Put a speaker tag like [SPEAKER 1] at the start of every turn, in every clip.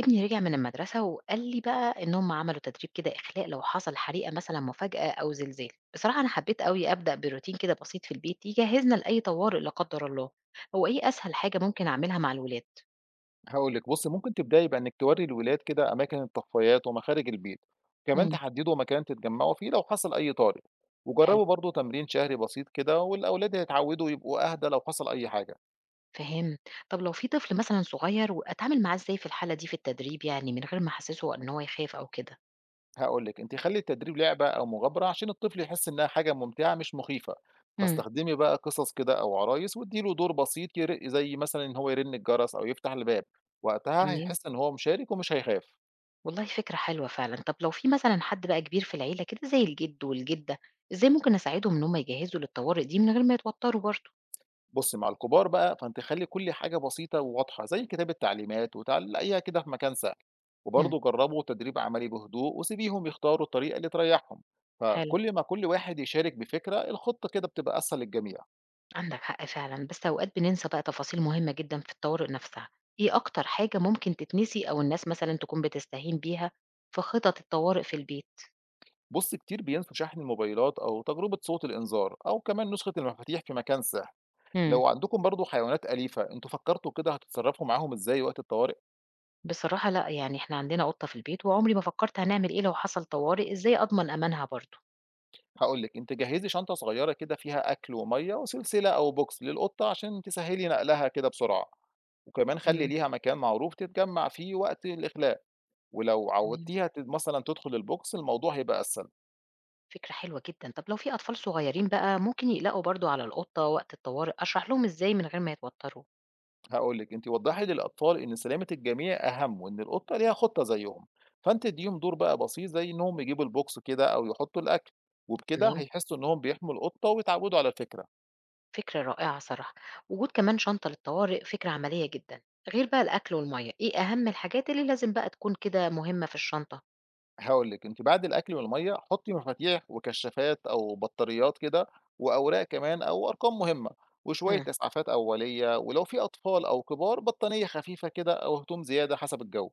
[SPEAKER 1] ابني رجع من المدرسة وقال لي بقى إن هم عملوا تدريب كده إخلاء لو حصل حريقة مثلا مفاجأة أو زلزال. بصراحة أنا حبيت قوي أبدأ بروتين كده بسيط في البيت يجهزنا لأي طوارئ لا قدر الله. هو إيه أسهل حاجة ممكن أعملها مع الولاد؟
[SPEAKER 2] هاقول لِك بُصّي، ممكن تبدئي بإنِّك تورّي الولاد كده أماكن الطفايات ومخارج البيت، كمان
[SPEAKER 1] مم.
[SPEAKER 2] تحدّدوا مكان تتجمّعوا فيه لو حصل أي طارئ،
[SPEAKER 1] حلو،
[SPEAKER 2] وجرّبوا برضه تمرين شهري بسيط كده والأولاد هيتعوّدوا يبقوا أهدى لو حصل أي حاجة.
[SPEAKER 1] فهم. طب لو في طفل مثلا صغير وأتعامل معاه إزاي في الحالة دي في التدريب يعني من غير ما أحسسه إن هو يخاف أو كده.
[SPEAKER 2] هاقول لِك أنتِ خلّي التدريب لعبة أو مغامرة عشان الطفل يحس إنها حاجة ممتعة مش مخيفة،
[SPEAKER 1] مم.
[SPEAKER 2] فاستخدمي بقى قصص كده أو عرايس وادّي له دور بسيط زي مثلًا إن هو يرن الجرس أو يفتح الباب، وقتها
[SPEAKER 1] تمام،
[SPEAKER 2] هيحس إن هو مشارك ومش هيخاف.
[SPEAKER 1] والله فكرة حلوة فعلا. طب لو في مثلا حد بقى كبير في العيلة كده زي الجد والجدة، إزاي ممكن أساعدهم إن هم يجهزوا للطوارئ دي من غير ما يتوتروا برضه؟
[SPEAKER 2] بُصّي، مع الكبار بقى فأنتِ خلّي كل حاجة بسيطة وواضحة، زي كتابة تعليمات وتعلّقيها كده في مكان سهل، وبرضه جرّبوا تدريب عملي بهدوء وسيبيهم يختاروا الطريقة اللي تريّحهم،
[SPEAKER 1] حلو،
[SPEAKER 2] فكل ما كل واحد يشارك بفكرة، الخطة كده بتبقى أسهل للجميع.
[SPEAKER 1] عندك حق فعلًا، بس أوقات بننسى بقى تفاصيل مهمة جدًا في الطوارئ نفسها، إيه أكتر حاجة ممكن تتنسي أو الناس مثلًا تكون بتستهين بيها في خطط الطوارئ في البيت؟
[SPEAKER 2] بُصّي، كتير بينسوا شحن الموبايلات أو تجربة صوت الإنذار أو كمان نسخة المفاتيح في مكان سهل.
[SPEAKER 1] إمم.
[SPEAKER 2] لو عندكم برضه حيوانات أليفة، أنتم فكرتوا كده هتتصرّفوا معاهم إزاي وقت الطوارئ؟
[SPEAKER 1] بصراحة لأ، يعني إحنا عندنا قطة في البيت وعمري ما فكرت هنعمل إيه لو حصل طوارئ، إزاي أضمن أمانها برضه.
[SPEAKER 2] هاقول لِك، أنتِ جهّزي شنطة صغيرة كده فيها أكل ومَيّة وسلسلة أو بوكس للقطة عشان تسهّلي نقلها كده بسرعة، وكمان خلّي
[SPEAKER 1] إمم.
[SPEAKER 2] ليها مكان معروف تتجمّع فيه وقت الإخلاء، ولو
[SPEAKER 1] تمام،
[SPEAKER 2] عوّدتيها مثلًا تدخل البوكس الموضوع هيبقى أسهل،
[SPEAKER 1] فكرة حلوة جدًا. طب لو في أطفال صغيرين بقى ممكن يقلقوا برضه على القطة وقت الطوارئ، أشرح لهم إزاي من غير ما يتوتروا؟
[SPEAKER 2] هاقول لِك أنتِ وضّحي للأطفال إن سلامة الجميع أهم وإن القطة ليها خُطة زيّهم، فأنتِ ادّيهم دور بقى بسيط زي إنهم يجيبوا البوكس كده أو يحطّوا الأكل، وبكده
[SPEAKER 1] تمام.
[SPEAKER 2] هيحسّوا إنهم بيحموا القطة ويتعوّدوا على الفكرة.
[SPEAKER 1] فكرة رائعة صراحة. وجود كمان شنطة للطوارئ فكرة عملية جدًا، غير بقى الأكل والمَيّة، إيه أهم الحاجات اللي لازم بقى تكون كده مهمة في الشنطة؟
[SPEAKER 2] هاقول لِك، أنتِ بعد الأكل والمَيّة حُطّي مفاتيح وكشّافات أو بطاريات كده وأوراق كمان أو أرقام مهمة وشوية
[SPEAKER 1] إمم.
[SPEAKER 2] إسعافات أولية، ولو في أطفال أو كبار بطانية خفيفة كده أو هدوم زيادة حسب الجو.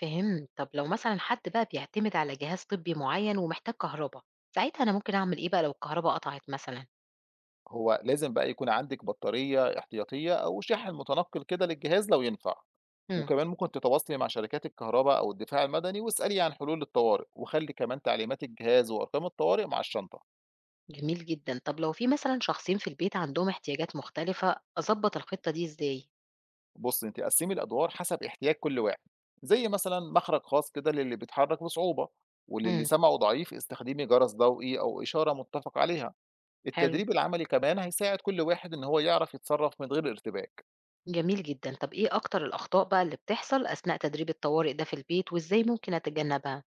[SPEAKER 1] فهمت، طب لو مثلًا حد بقى بيعتمد على جهاز طبي معيّن ومحتاج كهربا، ساعتها أنا ممكن أعمل إيه بقى لو الكهربا قطعت مثلًا؟
[SPEAKER 2] هو لازم بقى يكون عندِك بطارية احتياطية أو شاحن متنقّل كده للجهاز لو ينفع،
[SPEAKER 1] إمم.
[SPEAKER 2] وكمان ممكن تتواصلي مع شركات الكهربا أو الدفاع المدني واسألي عن حلول للطوارئ، وخلّي كمان تعليمات الجهاز وأرقام الطوارئ مع الشنطة.
[SPEAKER 1] جميل جدًا، طب لو في مثلًا شخصين في البيت عندهم احتياجات مختلفة، أضبّط الخطة دي إزاي؟
[SPEAKER 2] بُصّي، أنتِ قسّمي الأدوار حسب احتياج كل واحد، زي مثلًا مخرج خاص كده للي بيتحرك بصعوبة، وللي
[SPEAKER 1] إمم.
[SPEAKER 2] سمعه ضعيف استخدمي جرس ضوئي أو إشارة متفق عليها،
[SPEAKER 1] حلو،
[SPEAKER 2] التدريب العملي كمان هيساعد كل واحد إن هو يعرف يتصرّف من غير ارتباك.
[SPEAKER 1] جميل جدًا. طب إيه أكتر الأخطاء بقى اللي بتحصل أثناء تدريب الطوارئ ده في البيت وإزاي ممكن أتجنبها؟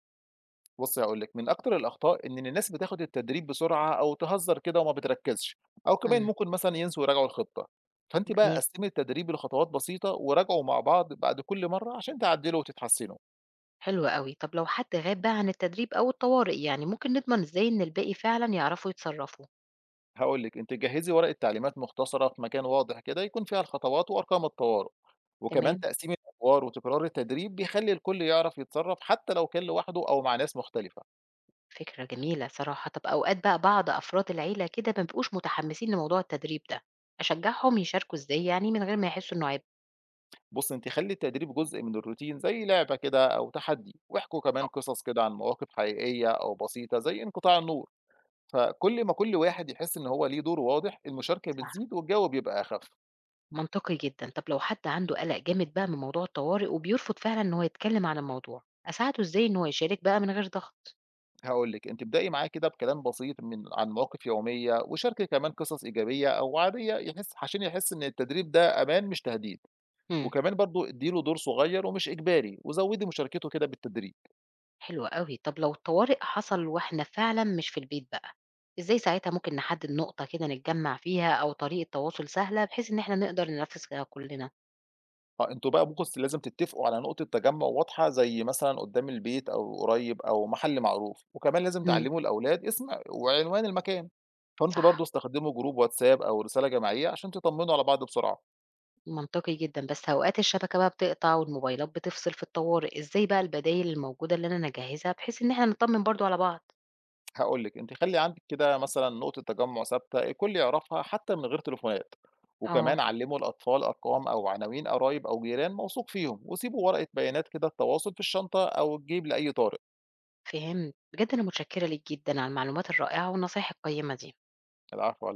[SPEAKER 2] بُصّي هاقول لِك، من أكتر الأخطاء إن الناس بتاخد التدريب بسرعة أو تهزّر كده وما بتركّزش، أو كمان
[SPEAKER 1] إمم.
[SPEAKER 2] ممكن مثلًا ينسوا يراجعوا الخطة، فأنتِ بقى
[SPEAKER 1] جميل،
[SPEAKER 2] قسّمي التدريب لخطوات بسيطة وراجعوا مع بعض بعد كل مرّة عشان تعدّلوا وتتحسّنوا.
[SPEAKER 1] حلو أوي. طب لو حد غاب بقى عن التدريب أو الطوارئ يعني، ممكن نضمن إزاي إن الباقي فعلًا يعرفوا يتصرّفوا؟
[SPEAKER 2] هاقول لِك أنتِ جهّزي ورقة تعليمات مختصرة في مكان واضح كده يكون فيها الخطوات وأرقام الطوارئ، وكمان
[SPEAKER 1] تمام،
[SPEAKER 2] تقسيم الأدوار وتكرار التدريب بيخلّي الكل يعرف يتصرّف حتى لو كان لوحده أو مع ناس مختلفة.
[SPEAKER 1] فكرة جميلة صراحة. طب أوقات بقى بعض أفراد العيلة كده ما بيبقوش متحمسين لموضوع التدريب ده، أشجّعهم يشاركوا إزاي يعني من غير ما يحسّوا إنه عبء؟
[SPEAKER 2] بُصّي أنتِ خلّي التدريب جزء من الروتين زي لعبة كده أو تحدي، واحكوا كمان
[SPEAKER 1] آه.
[SPEAKER 2] قصص كده عن مواقف حقيقية أو بسيطة زي انقطاع النور، فكل ما كل واحد يحس إن هو ليه دور واضح المشاركة
[SPEAKER 1] صح،
[SPEAKER 2] بتزيد والجو بيبقى أخف.
[SPEAKER 1] منطقي جدًا. طب لو حد عنده قَلَق جامد بقى من موضوع الطوارئ وبيرفض فعلًا إن هو يتكلّم عن الموضوع، أساعده إزاي إن هو يشارك بقى من غير ضغط؟
[SPEAKER 2] هاقول لِك، أنتِ ابدئي معاه كده بكلام بسيط من عن مواقف يومية، وشاركي كمان قصص إيجابية أو عادية عشان يحس إن التدريب ده أمان مش تهديد،
[SPEAKER 1] إمم.
[SPEAKER 2] وكمان برضه ادّي له دور صغير ومش إجباري، وزوّدي مشاركته كده بالتدريج.
[SPEAKER 1] حلو أوي. طب لو الطوارئ حصل وإحنا فعلًا مش في البيت بقى، إزاي ساعتها ممكن نحدد نقطة كده نتجمّع فيها أو طريقة تواصل سهلة بحيث إن إحنا نقدر ننفذها كلنا؟
[SPEAKER 2] آه، أنتم بقى بُصّي لازم تتفقوا على نقطة تجمُّع واضحة زي مثلًا قدّام البيت أو قريب أو محل معروف، وكمان لازم
[SPEAKER 1] إمم،
[SPEAKER 2] تعلّموا الأولاد اسم وعنوان المكان. فأنتم برضه
[SPEAKER 1] صح،
[SPEAKER 2] استخدموا جروب واتساب أو رسالة جماعية عشان تطمنوا على بعض بسرعة.
[SPEAKER 1] منطقي جدًا، بس أوقات الشبكة بقى بتقطع والموبايلات بتفصل في الطوارئ، إزاي بقى البدايل الموجودة اللي أنا نجهّزها بحيث إن إحنا نطمن برضه على بعض؟
[SPEAKER 2] هاقول لِك، أنتِ خلّي عندِك كده مثلً نقطة تجمُّع ثابتة الكل يعرفها حتى من غير تليفونات، وكمان
[SPEAKER 1] آه،
[SPEAKER 2] علّموا الأطفال أرقام أو عناوين قرايب أو جيران موثوق فيهم، وسيبوا ورقة بيانات كده التواصل في الشنطة أو الجيب لأي طارئ.
[SPEAKER 1] فهمت. بجد أنا متشكرة ليك جدًا على المعلومات الرائعة والنصايح القيّمة دي.
[SPEAKER 2] العفو علي